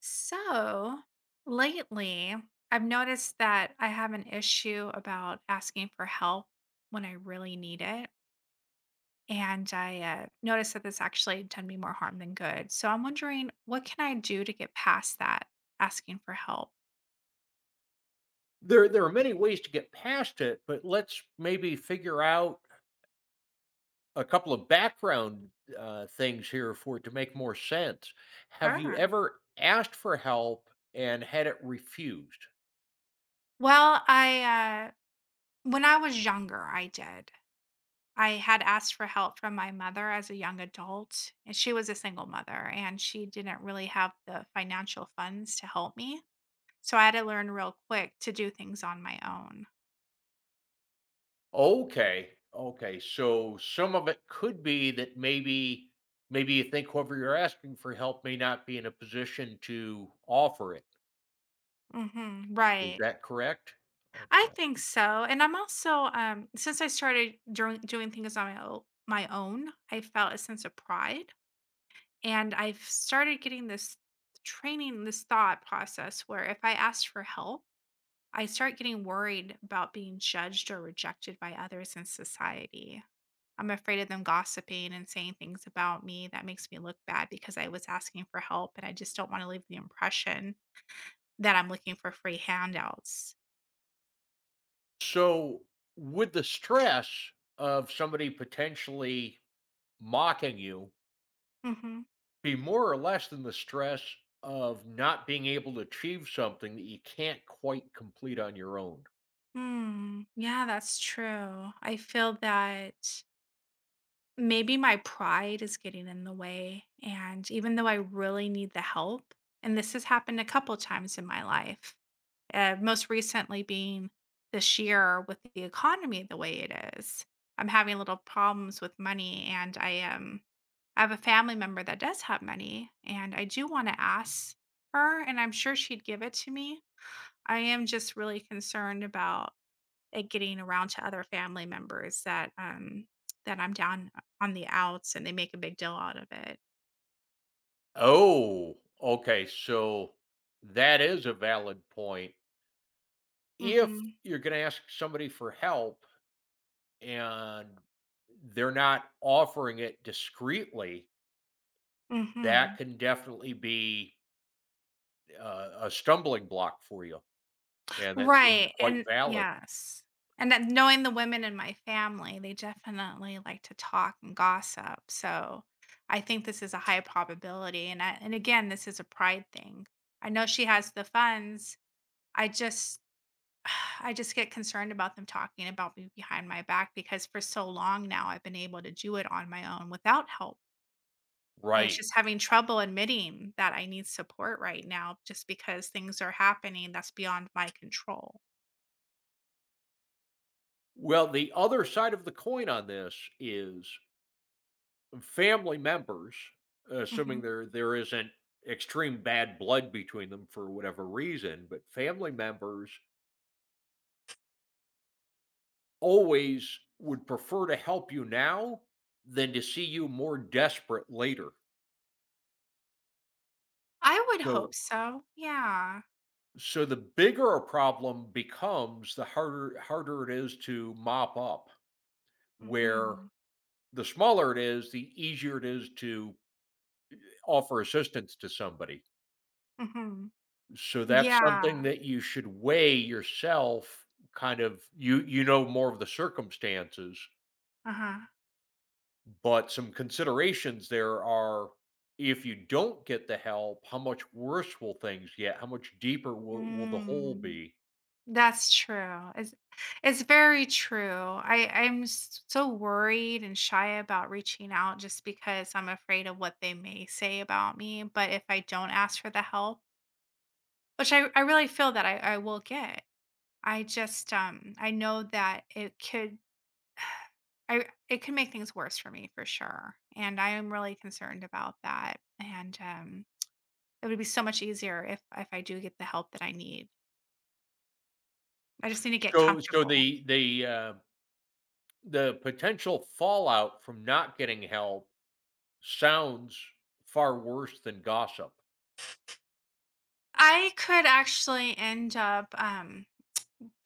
So lately, I've noticed that I have an issue about asking for help when I really need it. And I noticed that this actually done me more harm than good. So I'm wondering, what can I do to get past that asking for help? There are many ways to get past it, but let's maybe figure out a couple of background things here for it to make more sense. Have you Sure. ever asked for help and had it refused? Well, I, when I was younger, I did. I had asked for help from my mother as a young adult, and she was a single mother, and she didn't really have the financial funds to help me. So I had to learn real quick to do things on my own. Okay, okay. So some of it could be that maybe you think whoever you're asking for help may not be in a position to offer it. Mhm, Is right. that correct? I Okay. think so, and I'm also, since I started doing things on my own, I felt a sense of pride, and I've started getting this training, this thought process where if I ask for help, I start getting worried about being judged or rejected by others in society. I'm afraid of them gossiping and saying things about me that makes me look bad because I was asking for help, and I just don't wanna leave the impression that I'm looking for free handouts. So, with the stress of somebody potentially mocking you Mhm. be more or less than the stress of not being able to achieve something that you can't quite complete on your own. Mm, yeah, that's true. I feel that maybe my pride is getting in the way, and even though I really need the help, and this has happened a couple times in my life, most recently being this year with the economy the way it is. I'm having little problems with money, and I have a family member that does have money, and I do want to ask her, and I'm sure she'd give it to me. I am just really concerned about it getting around to other family members that that I'm down on the outs and they make a big deal out of it. Oh, okay. So that is a valid point. If Mhm. you're going to ask somebody for help and they're not offering it discreetly, that Mhm. can definitely be a stumbling block for you. And that seems Right. quite And valid. yes. And then knowing the women in my family, they definitely like to talk and gossip. So I think this is a high probability and again, this is a pride thing. I know she has the funds. I just I just get concerned about them talking about me behind my back because for so long now I've been able to do it on my own without help. And it's Right. just having trouble admitting that I need support right now just because things are happening that's beyond my control. Well, the other side of the coin on this is family members, assuming Mhm. there isn't extreme bad blood between them for whatever reason, but family members always would prefer to help you now than to see you more desperate later. I would hope So so. Yeah. so the bigger a problem becomes, the harder it is to mop up. Where Hmm. the smaller it is, the easier it is to offer assistance to somebody. Hmm. So that's something Yeah. that you should weigh yourself, kind of you know more of the circumstances, Uh huh. but some considerations there are if you don't get the help, how much worse will things get? How much deeper will the hole Mm. be? That's true. It's very true. So worried and shy about reaching out just because I'm afraid of what they may say about me. But if I don't ask for the help, which I really feel that I will get. I just I know that it could make things worse for me for sure. And I am really concerned about that. And it would be so much easier if I do get the help that I need. I just need to get So so comfortable. the the uh, the potential fallout from not getting help sounds far worse than gossip. I could actually end up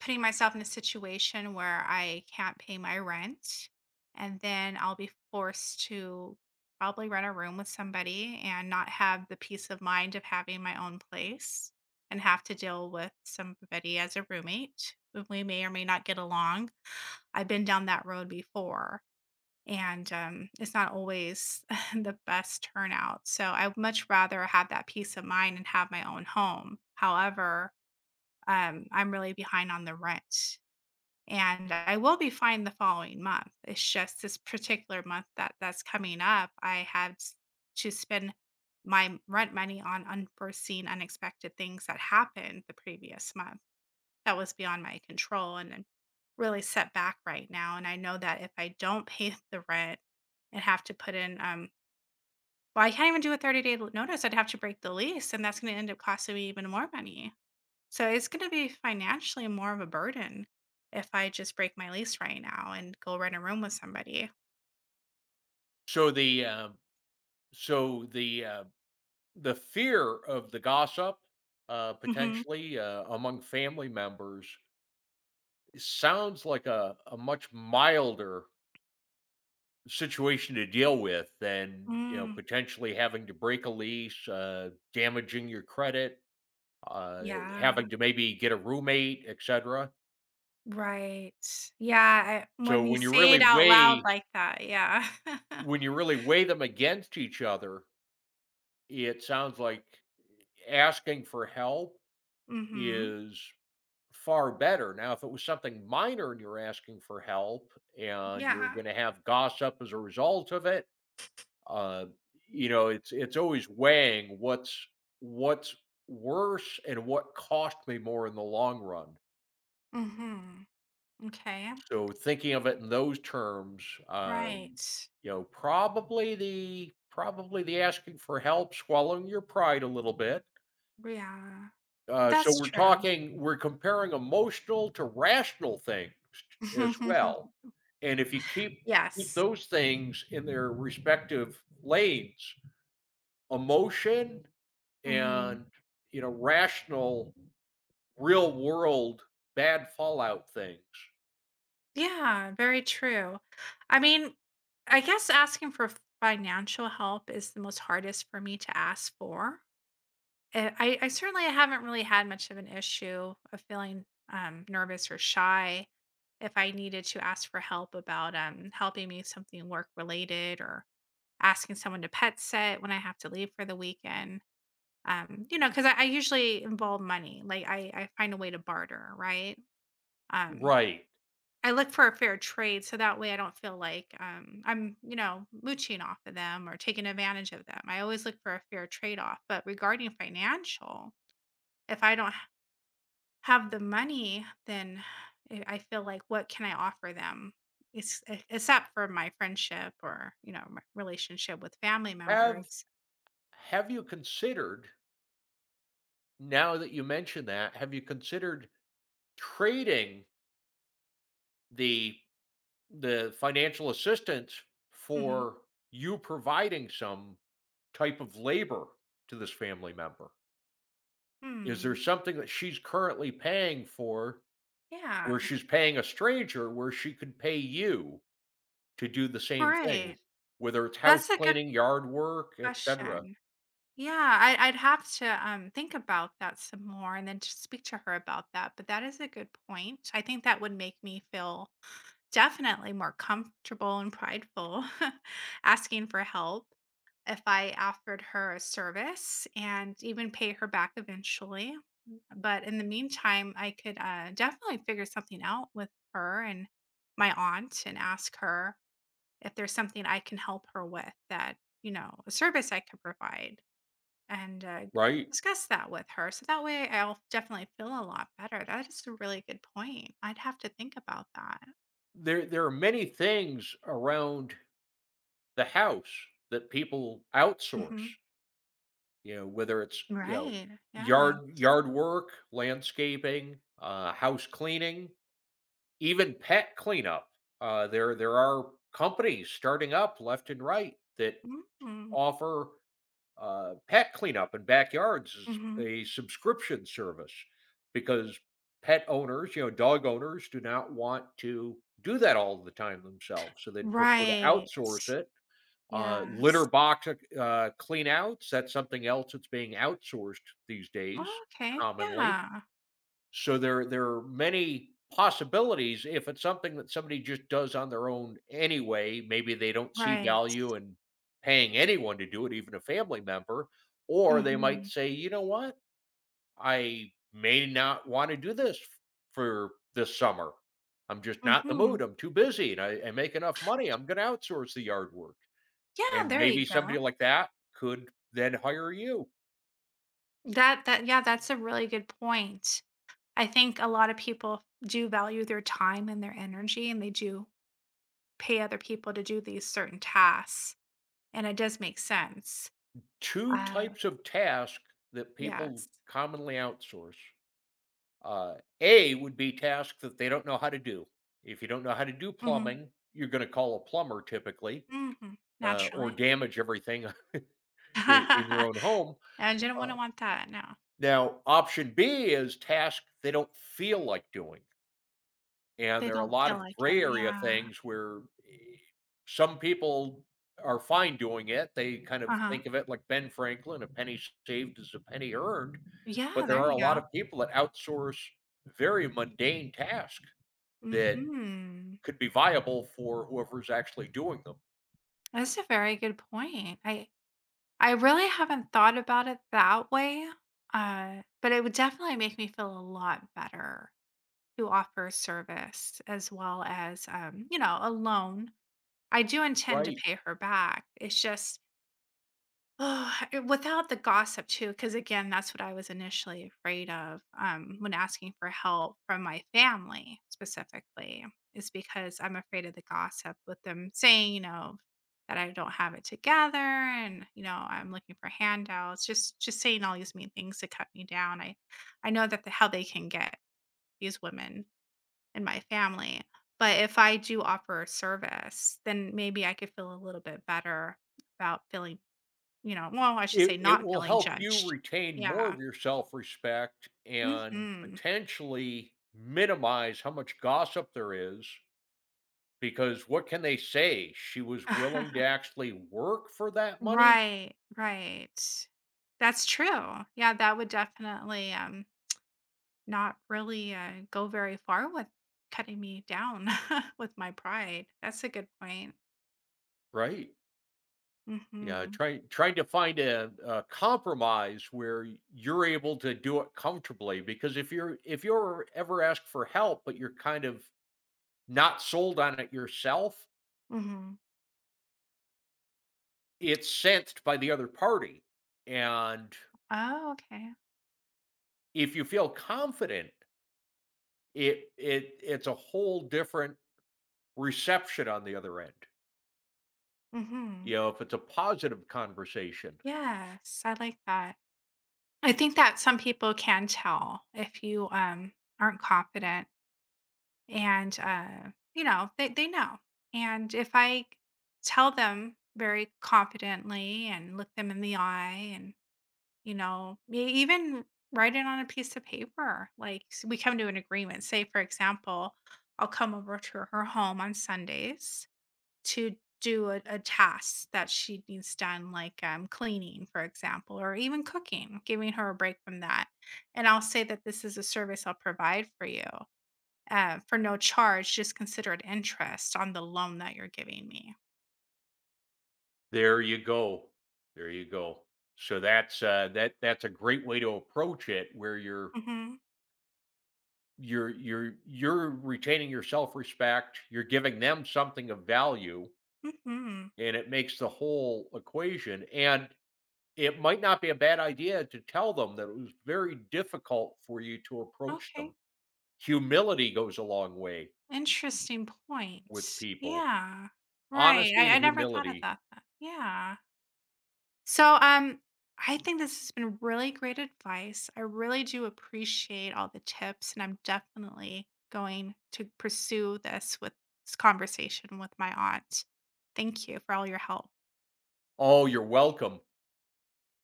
putting myself in a situation where I can't pay my rent, and then I'll be forced to probably rent a room with somebody and not have the peace of mind of having my own place and have to deal with somebody as a roommate. Who We may or may not get along. I've been down that road before and it's not always the best turnout. So I would much rather have that peace of mind and have my own home. However, I'm really behind on the rent, and I will be fine the following month. It's just this particular month that that's coming up. To spend my rent money on unforeseen, unexpected things that happened the previous month that was beyond my control, and I'm really set back right now. And I know that if I don't pay the rent and have to put in, well, I can't even do a 30-day day notice. I'd have to break the lease, and that's going to end up costing me even more money. So it's going to be financially more of a burden if I just break my lease right now and go rent a room with somebody. So the um, so the uh, The fear of the gossip, Hmm. potentially, among family members sounds like a much milder situation to deal with than, you know, Mm. potentially having to break a lease, damaging your credit, uh, Yeah. having to maybe get a roommate, etcetera. Right. Yeah. I, So when you when you say really it out loud weigh like that, yeah. when you really weigh them against each other, it sounds like asking for help Hmm. is far better. Now, if it was something minor and you're asking for help and you're Yeah. going to have gossip as a result of it, uh, you know, it's always weighing what's worse and what cost me more in the long run. Hmm. Okay, So thinking of it in those terms, um, right. you know, probably the asking for help, swallowing your pride a little bit. Yeah, So that's we're true. talking, we're comparing emotional to rational things as well. And if you keep Yes. those things in their respective lanes, emotion Mhm. and, you know, rational, real world bad fallout things. Yeah, very true. I mean, I guess asking for financial help is the most hardest for me to ask for. Eh, I certainly haven't really had much of an issue of feeling, nervous or shy if I needed to ask for help about, helping me with something work related or asking someone to pet sit when I have to leave for the weekend. Because I usually involve money. Like I find a way to barter, right? Um, Right. I look for a fair trade so that way I don't feel like I'm, you know, mooching off of them or taking advantage of them. I always look for a fair trade off. But regarding financial, if I don't have the money, then I feel like what can I offer them? Except for my friendship or, you know, my relationship with family Have members. have you considered, now that you mention that, have you considered trading the the financial assistance Hmm. for you providing some type of labor to this family member? Is Hmm. there something that she's currently paying for where Yeah. she's paying a stranger where she could pay you to do the same thing, Right. whether it's house That's a good cleaning, yard work, etc., question. Yeah, I I'd have to, think about that some more and then just speak to her about that, but that is a good point. I think that would make me feel definitely more comfortable and prideful asking for help if I offered her a service and even pay her back eventually. But in the meantime, I could, definitely figure something out with her and my aunt and ask her if there's something I can help her with that, you know, a service I could provide and right? discuss that with her. So that way I'll definitely feel a lot better. That is a really good point. I'd have to think about that. There are many things around the house that people outsource. Hmm. You know, whether it's, you know, Right. Yeah. yard work, landscaping, house cleaning, even pet cleanup. There are companies starting up left and right that Mm-hmm. offer pet cleanup in backyards as Hmm. a subscription service because pet owners, you know, dog owners do not want to do that all the time themselves. So they'd prefer to Right. outsource it. Litter Yes. box clean outs, that's something else that's being outsourced these days Well, okay. commonly. Yeah. So there are many possibilities. If it's something that somebody just does on their own anyway, maybe they don't see Right. value in paying anyone to do it, even a family member, or they might Hmm. say, "You know what? I may not want to do this for this summer. I'm just not in the Hmm. mood. I'm too busy and I make enough money. I'm going to outsource the yard work." Yeah. And There you maybe somebody go. like that could then hire you. Yeah, that's a really good point. I think a lot of people do value their time and their energy, and they do pay other people to do these certain tasks. And it does make sense. Two Uh, types of task that people yes. commonly outsource. Uh, a would be tasks that they don't know how to do. If you don't know how to do Mhm, plumbing, you're going to call a plumber typically, mhm, or naturally. damage everything in your own home. And you don't want Uh, to want that, no. now, option B is tasks they don't feel like doing. And They there are a don't lot feel of like gray it, area yeah. things where eh, some people are fine doing it. They kind of Uh-huh. think of it like Ben Franklin, a penny saved is a penny earned. Yeah, But there there are you a lot go. of people that outsource very mundane tasks that Mhm. could be viable for whoever's actually doing them. That's a very good point. I really haven't thought about it that way, but it would definitely make me feel a lot better to offer service as well as, you know, a loan. I do intend to Right. pay her back. It's just Oh, without the gossip too, because again, that's what I was initially afraid of when asking for help from my family specifically, is because I'm afraid of the gossip with them saying, you know, that I don't have it together and you know I'm looking for handouts, just saying all these mean things to cut me down. I know that the, how they can get, these women in my family, but if I do offer a service, then maybe I could feel a little bit better about feeling, you know, well, I should It, say it not will feeling help you judged. retain more Yeah. of your self respect and Mhm. potentially minimize how much gossip there is. Because what can they say? She was willing to actually work for that money? Right, right. That's true. Yeah, that would definitely, not really, go very far with cutting me down with my pride. That's a good point. Right. Yeah, Mhm. trying to find a compromise where you're able to do it comfortably. Because if you're ever asked for help, but you're kind of not sold on it yourself, Mhm. it's sensed by the other party. And Oh, okay. if you feel confident, it's a whole different reception on the other end. Mhm. You know, if it's a positive conversation. Yes, I like that. I think that some people can tell if you, aren't confident. And you know they know and if I tell them very confidently and look them in the eye and you know even write it on a piece of paper like we come to an agreement, say for example, I'll come over to her home on Sundays to do a task that she needs done like cleaning for example or even cooking, giving her a break from that, and I'll say that this is a service I'll provide for you, for no charge, just consider it interest on the loan that you're giving me. There you go. There you go. So that's, that's a great way to approach it where you're Hmm. you're you're you're retaining your self-respect, you're giving them something of value, Hmm. and it makes the whole equation. And it might not be a bad idea to tell them that it was very difficult for you to approach Okay. them. Humility goes a long way Interesting with points. people. Yeah. Right. Honesty and I never thought of humility. that. Then. Yeah. So, I think this has been really great advice. I really do appreciate all the tips, and I'm definitely going to pursue this with this conversation with my aunt. Thank you for all your help. Oh, you're welcome.